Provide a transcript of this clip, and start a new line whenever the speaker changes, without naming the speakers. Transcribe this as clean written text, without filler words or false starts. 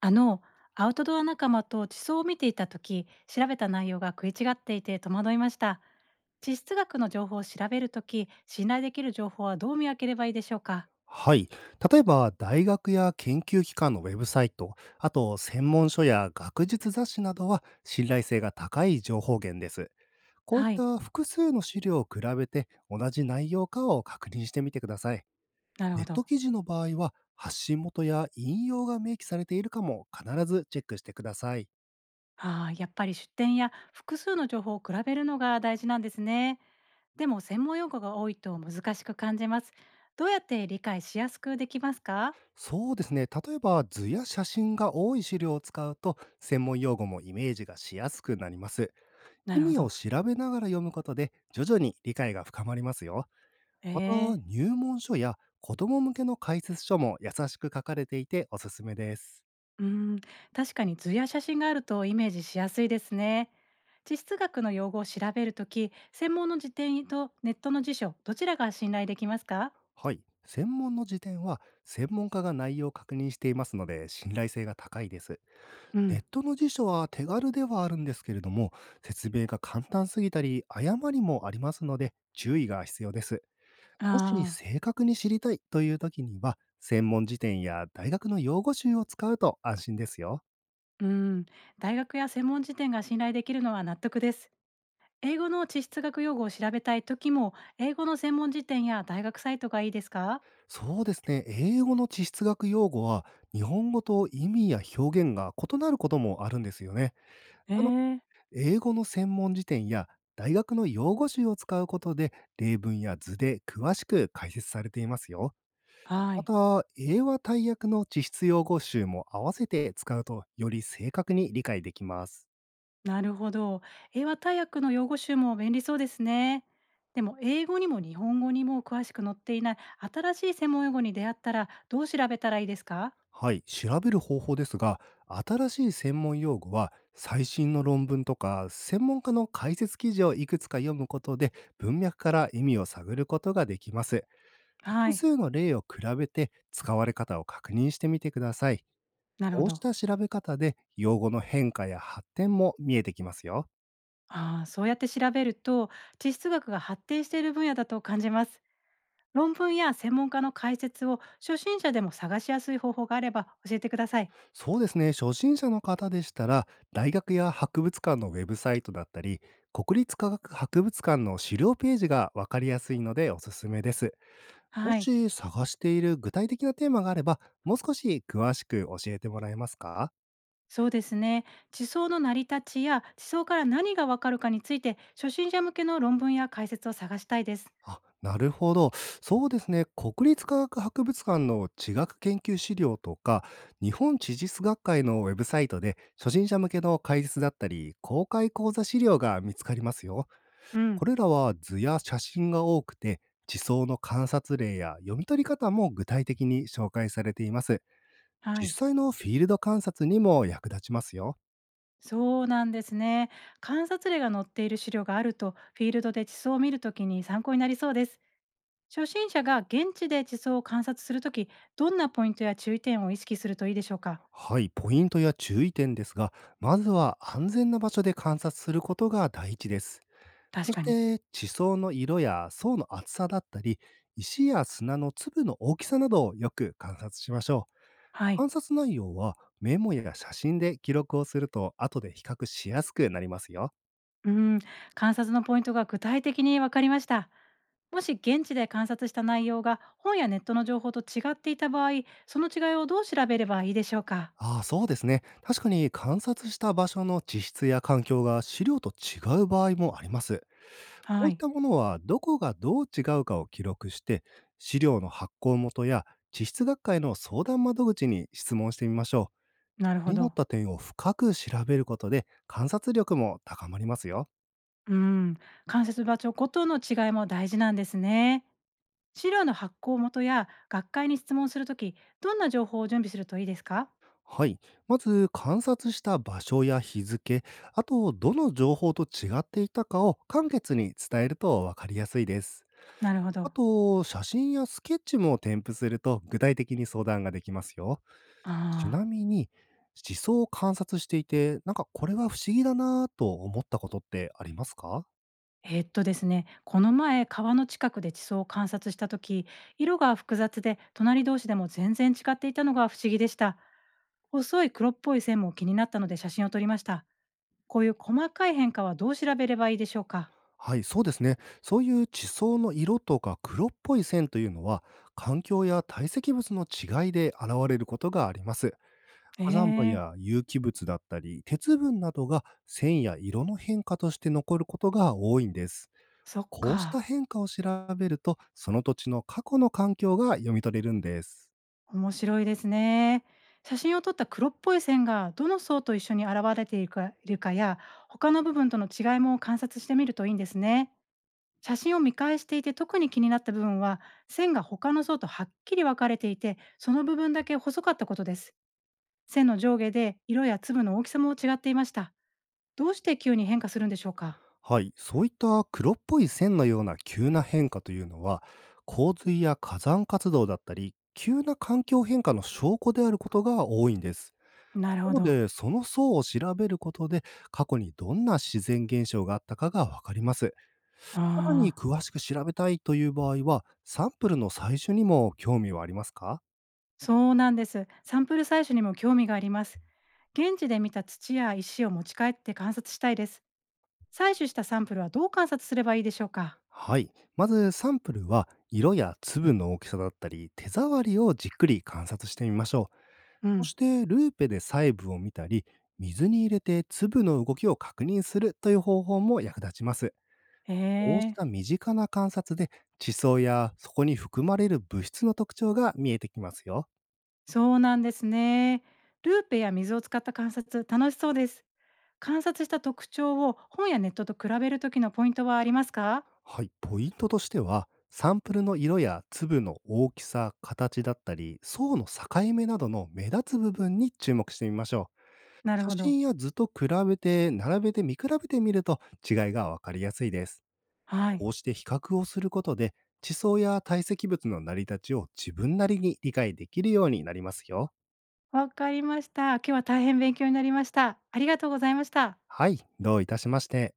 あの、アウトドア仲間と地層を見ていた時、調べた内容が食い違っていて戸惑いました。地質学の情報を調べるとき、信頼できる情報はどう見分ければいいでしょうか？
はい。例えば、大学や研究機関のウェブサイト、あと専門書や学術雑誌などは信頼性が高い情報源です。こういっ
はい、
た複数の資料を比べて同じ内容かを確認してみてください。
なる
ネ
ほ
ッ
ど。
ト記事の場合は、発信元や引用が明記されているかも必ずチェックしてください。
ああ、やっぱり出典や複数の情報を比べるのが大事なんですね。でも専門用語が多いと難しく感じます。どうやって理解しやすくできますか？
そうですね。例えば図や写真が多い資料を使うと、専門用語もイメージがしやすくなります。
な
意
るほ
味を
ど。
調べながら読むことで、徐々に理解が深まりますよ。また、
ええ。
入門書や子供向けの解説書も優しく書かれていておすすめです。
うーん、確かに図や写真があるとイメージしやすいですね。地質学の用語を調べるとき、専門の辞典とネットの辞書、どちらが信頼できますか？
はい。専門の辞典は、専門家が内容を確認していますので、信頼性が高いです。
う
ネッ
ん。
トの辞書は手軽ではあるんですけれども、説明が簡単すぎたり、誤りもありますので、注意が必要です。
あ
もし
あー。
正確に知りたいという時には、専門辞典や大学の用語集を使うと安心ですよ。
うん。大学や専門辞典が信頼できるのは納得です。英語の地質学用語を調べたいときも、英語の専門辞典や大学サイトがいいですか？
そうですね。英語の地質学用語は、日本語と意味や表現が異なることもあるんですよね。
え
あの、
え。
英語の専門辞典や大学の用語集を使うことで、例文や図で詳しく解説されていますよ。
は
ま
い。
た、英和大訳の地質用語集も合わせて使うと、より正確に理解できます。
なるほど。英和大訳の用語集も便利そうですね。でも英語にも日本語にも詳しく載っていない新しい専門用語に出会ったらどう調べたらいいですか？
はい、調べる方法ですが、新しい専門用語は最新の論文とか専門家の解説記事をいくつか読むことで文脈から意味を探ることができます。
は
複
い。
数の例を比べて使われ方を確認してみてください。
なるほ
こうし
ど。
た調べ方で用語の変化や発展も見えてきますよ。
ああ、そうやって調べると地質学が発展している分野だと感じます。論文や専門家の解説を初心者でも探しやすい方法があれば教えてください。
そうですね、初心者の方でしたら大学や博物館のウェブサイトだったり国立科学博物館の資料ページがわかりやすいのでおすすめです。も
はい。
し探している具体的なテーマがあれば、もう少し詳しく教えてもらえますか？
そうですね。地層の成り立ちや地層から何がわかるかについて初心者向けの論文や解説を探したいです。
あ、なるほど。そうですね。国立科学博物館の地学研究資料とか、日本地質学会のウェブサイトで初心者向けの解説だったり、公開講座資料が見つかりますよ。
う
こ
ん。
れらは図や写真が多くて、地層の観察例や読み取り方も具体的に紹介されています。
は
実
い。
際のフィールド観察にも役立ちますよ。
そうなんですね。観察例が載っている資料があると、フィールドで地層を見るときに参考になりそうです。初心者が現地で地層を観察するとき、どんなポイントや注意点を意識するといいでしょうか？
はい、ポイントや注意点ですが、まずは安全な場所で観察することが第一です。
確
そし
かに。
て、地層の色や層の厚さだったり、石や砂の粒の大きさなどをよく観察しましょう。
はい。
観察内容はメモや写真で記録をすると後で比較しやすくなりますよ。
うん、観察のポイントが具体的に分かりました。もし現地で観察した内容が本やネットの情報と違っていた場合、その違いをどう調べればいいでしょうか？
ああ、そうですね。確かに観察した場所の地質や環境が資料と違う場合もあります。こ
は
ういっ
い。
たものはどこがどう違うかを記録して、資料の発行元や地質学会の相談窓口に質問してみましょう。
なる
気
ほ
になっ
ど。
た点を深く調べることで観察力も高まりますよ。
うーん、関節場所ごとの違いも大事なんですね。資料の発行元や学会に質問するとき、どんな情報を準備するといいですか？
はい。まず観察した場所や日付、あとどの情報と違っていたかを簡潔に伝えるとわかりやすいです。
なるほ
あ
ど。
と、写真やスケッチも添付すると具体的に相談ができますよ。
あ
ちな
あ、
みに、思想を観察していて、なんかこれは不思議だなぁと思ったことってありますか？
ですね、この前川の近くで地層を観察したとき、色が複雑で隣同士でも全然違っていたのが不思議でした。細い黒っぽい線も気になったので写真を撮りました。こういう細かい変化はどう調べればいいでしょうか？
はい、そうですね。そういう地層の色とか黒っぽい線というのは、環境や堆積物の違いで現れることがあります。
え
火山灰
え
や
ー。
有機物だったり、鉄分などが線や色の変化として残ることが多いんです。
そっ
こうした
か。
変化を調べると、その土地の過去の環境が読み取れるんです。
面白いですね。写真を撮った黒っぽい線がどの層と一緒に現れているかや他の部分との違いも観察してみるといいんですね。写真を見返していて特に気になった部分は線が他の層とはっきり分かれていてその部分だけ細かったことです。線の上下で色や粒の大きさも違っていました。どうして急に変化するんでしょうか？
はい、そういった黒っぽい線のような急な変化というのは、洪水や火山活動だったり、急な環境変化の証拠であることが多いんです。
なる
な
ほ
の
ど。
で、その層を調べることで、過去にどんな自然現象があったかがわかります。
あ
さらに
あ、
詳しく調べたいという場合は、サンプルの最初にも興味はありますか？
そうなんです。サンプル採取にも興味があります。現地で見た土や石を持ち帰って観察したいです。採取したサンプルはどう観察すればいいでしょうか？
はい。まずサンプルは色や粒の大きさだったり手触りをじっくり観察してみましょう。
う
そ
ん。
してルーペで細部を見たり水に入れて粒の動きを確認するという方法も役立ちます。
へ
こうし
え。
た身近な観察で地層やそこに含まれる物質の特徴が見えてきますよ。
そうなんですね。ルーペや水を使った観察、楽しそうです。観察した特徴を本やネットと比べる時のポイントはありますか？
はい。ポイントとしてはサンプルの色や粒の大きさ、形だったり層の境目などの目立つ部分に注目してみましょう。
なる
写
ほど。
真や図と比べて、並べて見比べてみると違いがわかりやすいです。
はい。
こうして比較をすることで、地層や堆積物の成り立ちを自分なりに理解できるようになりますよ。
わかりました。今日は大変勉強になりました。ありがとうございました。
はい、どういたしまして。